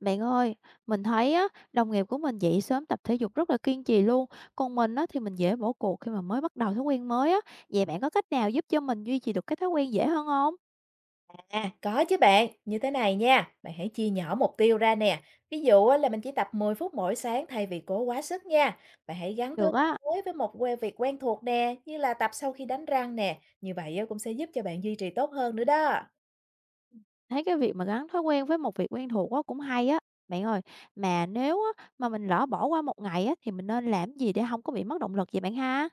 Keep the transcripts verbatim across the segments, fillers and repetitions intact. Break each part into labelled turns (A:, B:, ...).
A: Bạn ơi, mình thấy á, đồng nghiệp của mình dậy sớm tập thể dục rất là kiên trì luôn. Còn mình á, thì mình dễ bỏ cuộc khi mà mới bắt đầu thói quen mới á. Vậy bạn có cách nào giúp cho mình duy trì được cái thói quen dễ hơn không?
B: À, có chứ bạn, như thế này nha, bạn hãy chia nhỏ mục tiêu ra nè. Ví dụ á, là mình chỉ tập mười phút mỗi sáng thay vì cố quá sức nha. Bạn hãy gắn thói
A: Được á,
B: mới với một que- việc quen thuộc nè, như là tập sau khi đánh răng nè. Như vậy á, cũng sẽ giúp cho bạn duy trì tốt hơn nữa đó.
A: thấy cái việc mà gắn thói quen với một việc quen thuộc á, cũng hay á. Bạn ơi, mà nếu á, mà mình lỡ bỏ qua một ngày á, thì mình nên làm gì để không có bị mất động lực vậy bạn ha?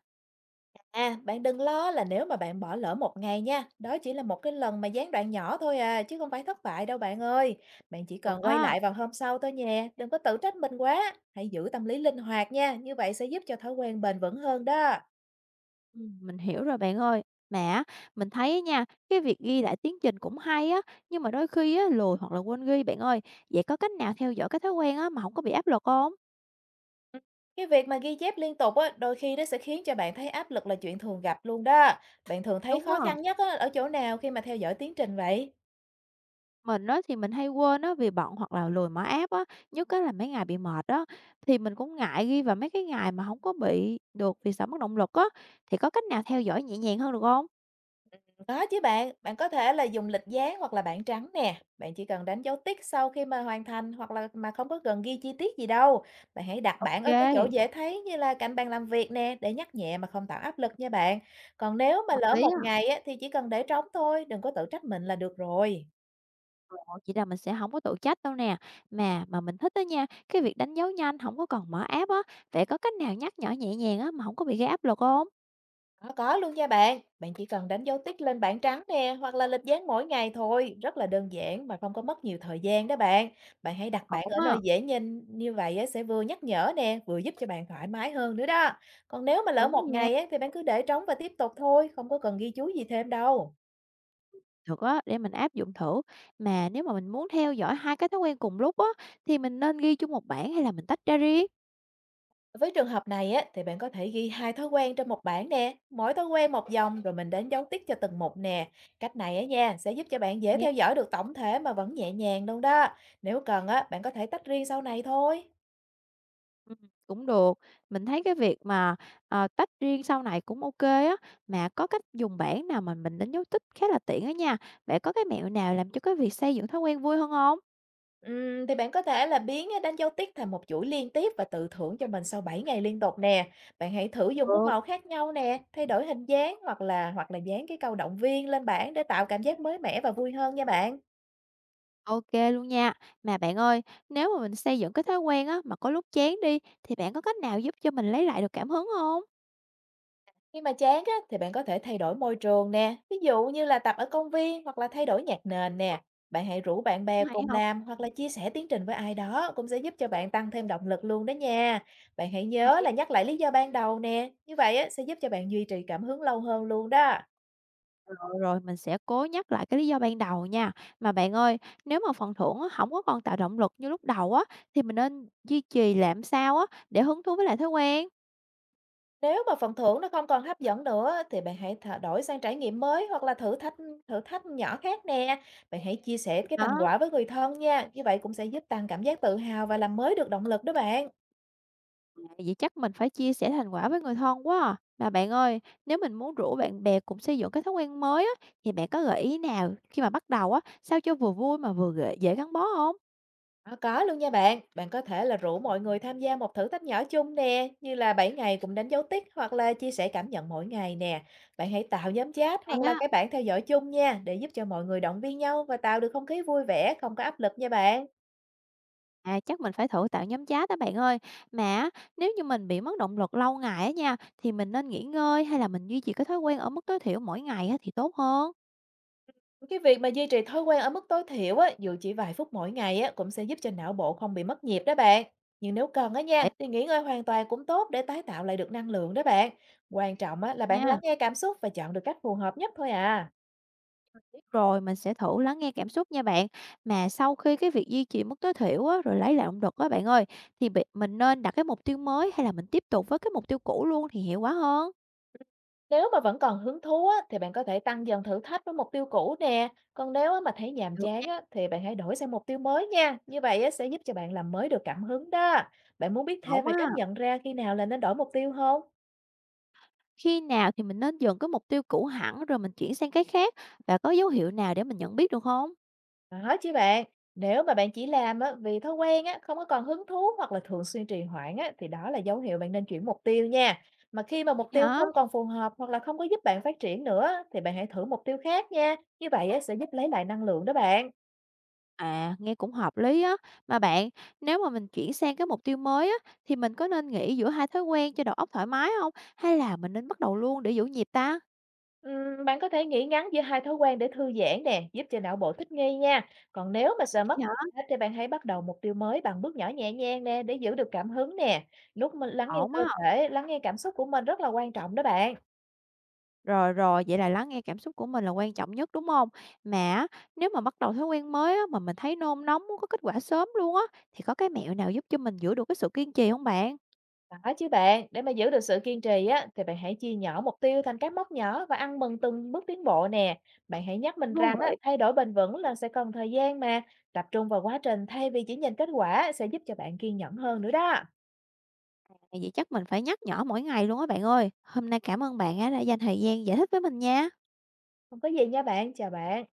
B: À, bạn đừng lo là nếu mà bạn bỏ lỡ một ngày nha, đó chỉ là một cái lần mà gián đoạn nhỏ thôi à, chứ không phải thất bại đâu bạn ơi. Bạn chỉ
A: Được
B: cần quay
A: á.
B: lại vào hôm sau thôi nhé, đừng có tự trách mình quá. Hãy giữ tâm lý linh hoạt nha, như vậy sẽ giúp cho thói quen bền vững hơn đó.
A: Ừm, mình hiểu rồi bạn ơi. Mà á, mình thấy á nha, cái việc ghi lại tiến trình cũng hay á, nhưng mà đôi khi á, lười hoặc là quên ghi bạn ơi. Vậy có cách nào theo dõi cái thói quen á, mà không có bị áp lực không?
B: Ừm, cái việc mà ghi chép liên tục á, đôi khi nó sẽ khiến cho bạn thấy áp lực là chuyện thường gặp luôn đó. Bạn thường thấy
A: Đúng
B: khó
A: rồi.
B: khăn nhất á, ở chỗ nào khi mà theo dõi tiến trình vậy?
A: Mình á, thì mình hay quên á, vì bận hoặc là lười mở app á, nhất á, là mấy ngày bị mệt á, thì mình cũng ngại ghi vào mấy cái ngày mà không có bị được vì sợ mất động lực á. Thì có cách nào theo dõi nhẹ nhàng hơn được không?
B: Có chứ bạn, bạn có thể là dùng lịch dán hoặc là bảng trắng nè. Bạn chỉ cần đánh dấu tích sau khi mà hoàn thành hoặc là mà không có cần ghi chi tiết gì đâu. Bạn hãy đặt bảng ở cái chỗ
A: OK,
B: dễ thấy như là cạnh bàn làm việc nè để nhắc nhẹ mà không tạo áp lực nha bạn. Còn nếu mà
A: hợp
B: lỡ
A: lý
B: một
A: á.
B: ngày á, thì chỉ cần để trống thôi, đừng có tự trách mình là được rồi.
A: Vậy là mình sẽ không có tự trách đâu nè. Mà mà mình thích đó nha, cái việc đánh dấu nhanh không có còn mở app á, vậy có cách nào nhắc nhở nhẹ nhàng á mà không có bị gây áp lực không?
B: Có, có luôn nha bạn. Bạn chỉ cần đánh dấu tích lên bảng trắng nè hoặc là lịch dán mỗi ngày thôi. Rất là đơn giản mà không có mất nhiều thời gian đó bạn. Bạn hãy đặt bảng
A: Ổn
B: ở nơi
A: á,
B: dễ nhìn như vậy á, sẽ vừa nhắc nhở nè, vừa giúp cho bạn thoải mái hơn nữa đó. Còn nếu mà lỡ
A: đúng
B: một
A: nha,
B: ngày á, thì bạn cứ để trống và tiếp tục thôi, không có cần ghi chú gì thêm đâu.
A: được á, để mình áp dụng thử. Mà nếu mà mình muốn theo dõi hai cái thói quen cùng lúc á, thì mình nên ghi chung một bảng hay là mình tách ra riêng?
B: Với trường hợp này á, thì bạn có thể ghi hai thói quen trên một bảng nè, mỗi thói quen một dòng rồi mình đánh dấu tích cho từng mục nè. Cách này á nha, sẽ giúp cho bạn dễ
A: Yeah,
B: theo dõi được tổng thể mà vẫn nhẹ nhàng luôn đó. Nếu cần á, bạn có thể tách riêng sau này thôi.
A: ừm, cũng được. Mình thấy cái việc mà, ờ, tách riêng sau này cũng ok á, mà có cách dùng bảng nào mà mình đánh dấu tích khá là tiện á nha. Bạn có cái mẹo nào làm cho cái việc xây dựng thói quen vui hơn không?
B: Ừm, thì bạn có thể là biến á, đánh dấu tích thành một chuỗi liên tiếp và tự thưởng cho mình sau bảy ngày liên tục nè. Bạn hãy thử dùng bút
A: Ừ.
B: màu khác nhau nè, thay đổi hình dáng hoặc là hoặc là dán cái câu động viên lên bảng để tạo cảm giác mới mẻ và vui hơn nha bạn.
A: OK luôn nha. Mà bạn ơi, nếu mà mình xây dựng cái thói quen á, mà có lúc chán đi, thì bạn có cách nào giúp cho mình lấy lại được cảm hứng không?
B: Khi mà chán á, thì bạn có thể thay đổi môi trường nè, ví dụ như là tập ở công viên hoặc là thay đổi nhạc nền nè. Bạn hãy rủ bạn bè
A: Cũng hay
B: cùng
A: hông?
B: làm hoặc là chia sẻ tiến trình với ai đó cũng sẽ giúp cho bạn tăng thêm động lực luôn đó nha. Bạn hãy nhớ
A: Hay
B: là
A: á.
B: nhắc lại lý do ban đầu nè, như vậy á, sẽ giúp cho bạn duy trì cảm hứng lâu hơn luôn đó.
A: Rồi, rồi, mình sẽ cố nhắc lại cái lý do ban đầu nha. Mà bạn ơi, nếu mà phần thưởng á, hổng có còn tạo động lực như lúc đầu á, thì mình nên duy trì làm sao á, để hứng thú với lại thói quen?
B: Nếu mà phần thưởng nó không còn hấp dẫn nữa thì bạn hãy thả- đổi sang trải nghiệm mới hoặc là thử thách thử thách nhỏ khác nè. Bạn hãy chia sẻ cái thành
A: Đó,
B: quả với người thân nha, như vậy cũng sẽ giúp tăng cảm giác tự hào và làm mới được động lực đó bạn.
A: vậy chắc mình phải chia sẻ thành quả với người thân quá à. Mà bạn ơi, nếu mình muốn rủ bạn bè cùng xây dựng cái thói quen mới á, thì bạn có gợi ý nào khi mà bắt đầu á, sao cho vừa vui mà vừa ghệ dễ gắn bó không?
B: Có, có luôn nha bạn. Bạn có thể là rủ mọi người tham gia một thử thách nhỏ chung nè, như là bảy ngày cùng đánh dấu tích hoặc là chia sẻ cảm nhận mỗi ngày nè. Bạn hãy tạo nhóm chat
A: Hay
B: hoặc là
A: á,
B: cái bảng theo dõi chung nha, để giúp cho mọi người động viên nhau và tạo được không khí vui vẻ, không có áp lực nha bạn.
A: à, chắc mình phải thử tạo nhóm chat á bạn ơi. Mà á, nếu như mình bị mất động lực lâu ngày á nha, thì mình nên nghỉ ngơi hay là mình duy trì cái thói quen ở mức tối thiểu mỗi ngày á thì tốt hơn?
B: Cái việc mà duy trì thói quen ở mức tối thiểu á, dù chỉ vài phút mỗi ngày á, cũng sẽ giúp cho não bộ không bị mất nhịp đó bạn. Nhưng nếu cần á nha,
A: Để
B: thì nghỉ ngơi hoàn toàn cũng tốt để tái tạo lại được năng lượng đó bạn. Quan trọng á, là bạn lắng
A: nha.
B: nghe cảm xúc và chọn được cách phù hợp nhất thôi à.
A: Mình biết rồi, mình sẽ thử lắng nghe cảm xúc nha bạn. Mà sau khi cái việc duy trì mức tối thiểu á, rồi lấy lại động lực á bạn ơi, thì bị- mình nên đặt cái mục tiêu mới hay là mình tiếp tục với cái mục tiêu cũ luôn thì hiệu quả hơn?
B: Nếu mà vẫn còn hứng thú á, thì bạn có thể tăng dần thử thách với mục tiêu cũ nè. Còn nếu á, mà thấy nhàm
A: Được
B: chán
A: nha.
B: á, thì bạn hãy đổi sang mục tiêu mới nha. Như vậy á, sẽ giúp cho bạn làm mới được cảm hứng đó. Bạn muốn biết thêm
A: Ổn
B: về
A: á.
B: cách nhận ra khi nào là nên đổi mục tiêu không?
A: Khi nào thì mình nên dừng cái mục tiêu cũ hẳn rồi mình chuyển sang cái khác và có dấu hiệu nào để mình nhận biết được không?
B: Có chứ bạn. Nếu mà bạn chỉ làm á, vì thói quen á, không có còn hứng thú hoặc là thường xuyên trì hoãn á, thì đó là dấu hiệu bạn nên chuyển mục tiêu nha. Mà khi mà
A: Vậy
B: mục tiêu
A: hả?
B: không còn phù hợp hoặc là không có giúp bạn phát triển nữa thì bạn hãy thử mục tiêu khác nha. Như vậy á, sẽ giúp lấy lại năng lượng đó bạn.
A: À, nghe cũng hợp lý á. Mà bạn, nếu mà mình chuyển sang cái mục tiêu mới á, thì mình có nên nghỉ giữa hai thói quen cho đầu óc thoải mái không? Hay là mình nên bắt đầu luôn để giữ nhịp ta?
B: Ừm, bạn có thể nghỉ ngắn giữa hai thói quen để thư giãn nè, giúp cho não bộ thích nghi nha. Còn nếu mà sợ mất
A: Vậy hả?
B: hết thì bạn hãy bắt đầu mục tiêu mới bằng bước nhỏ nhẹ nhàng nè để giữ được cảm hứng nè. Lúc mình lắng nghe
A: Ổn
B: cơ
A: á.
B: thể, lắng nghe cảm xúc của mình rất là quan trọng đó bạn.
A: Rồi, rồi, vậy là lắng nghe cảm xúc của mình là quan trọng nhất, đúng không? Mà á, nếu mà bắt đầu thói quen mới á, mà mình thấy nôn nóng muốn có kết quả sớm luôn á, thì có cái mẹo nào giúp cho mình giữ được cái sự kiên trì không bạn?
B: Đó chứ bạn, để mà giữ được sự kiên trì á thì bạn hãy chia nhỏ mục tiêu thành các mốc nhỏ và ăn mừng từng bước tiến bộ nè. Bạn hãy nhắc mình
A: Đúng
B: rằng á
A: vậy.
B: thay đổi bền vững là sẽ cần thời gian mà, tập trung vào quá trình thay vì chỉ nhìn kết quả sẽ giúp cho bạn kiên nhẫn hơn nữa đó.
A: À, vậy chắc mình phải nhắc nhở mỗi ngày luôn á bạn ơi. Hôm nay cảm ơn bạn á, đã dành thời gian giải thích với mình nha.
B: Không có gì nha bạn, chào bạn.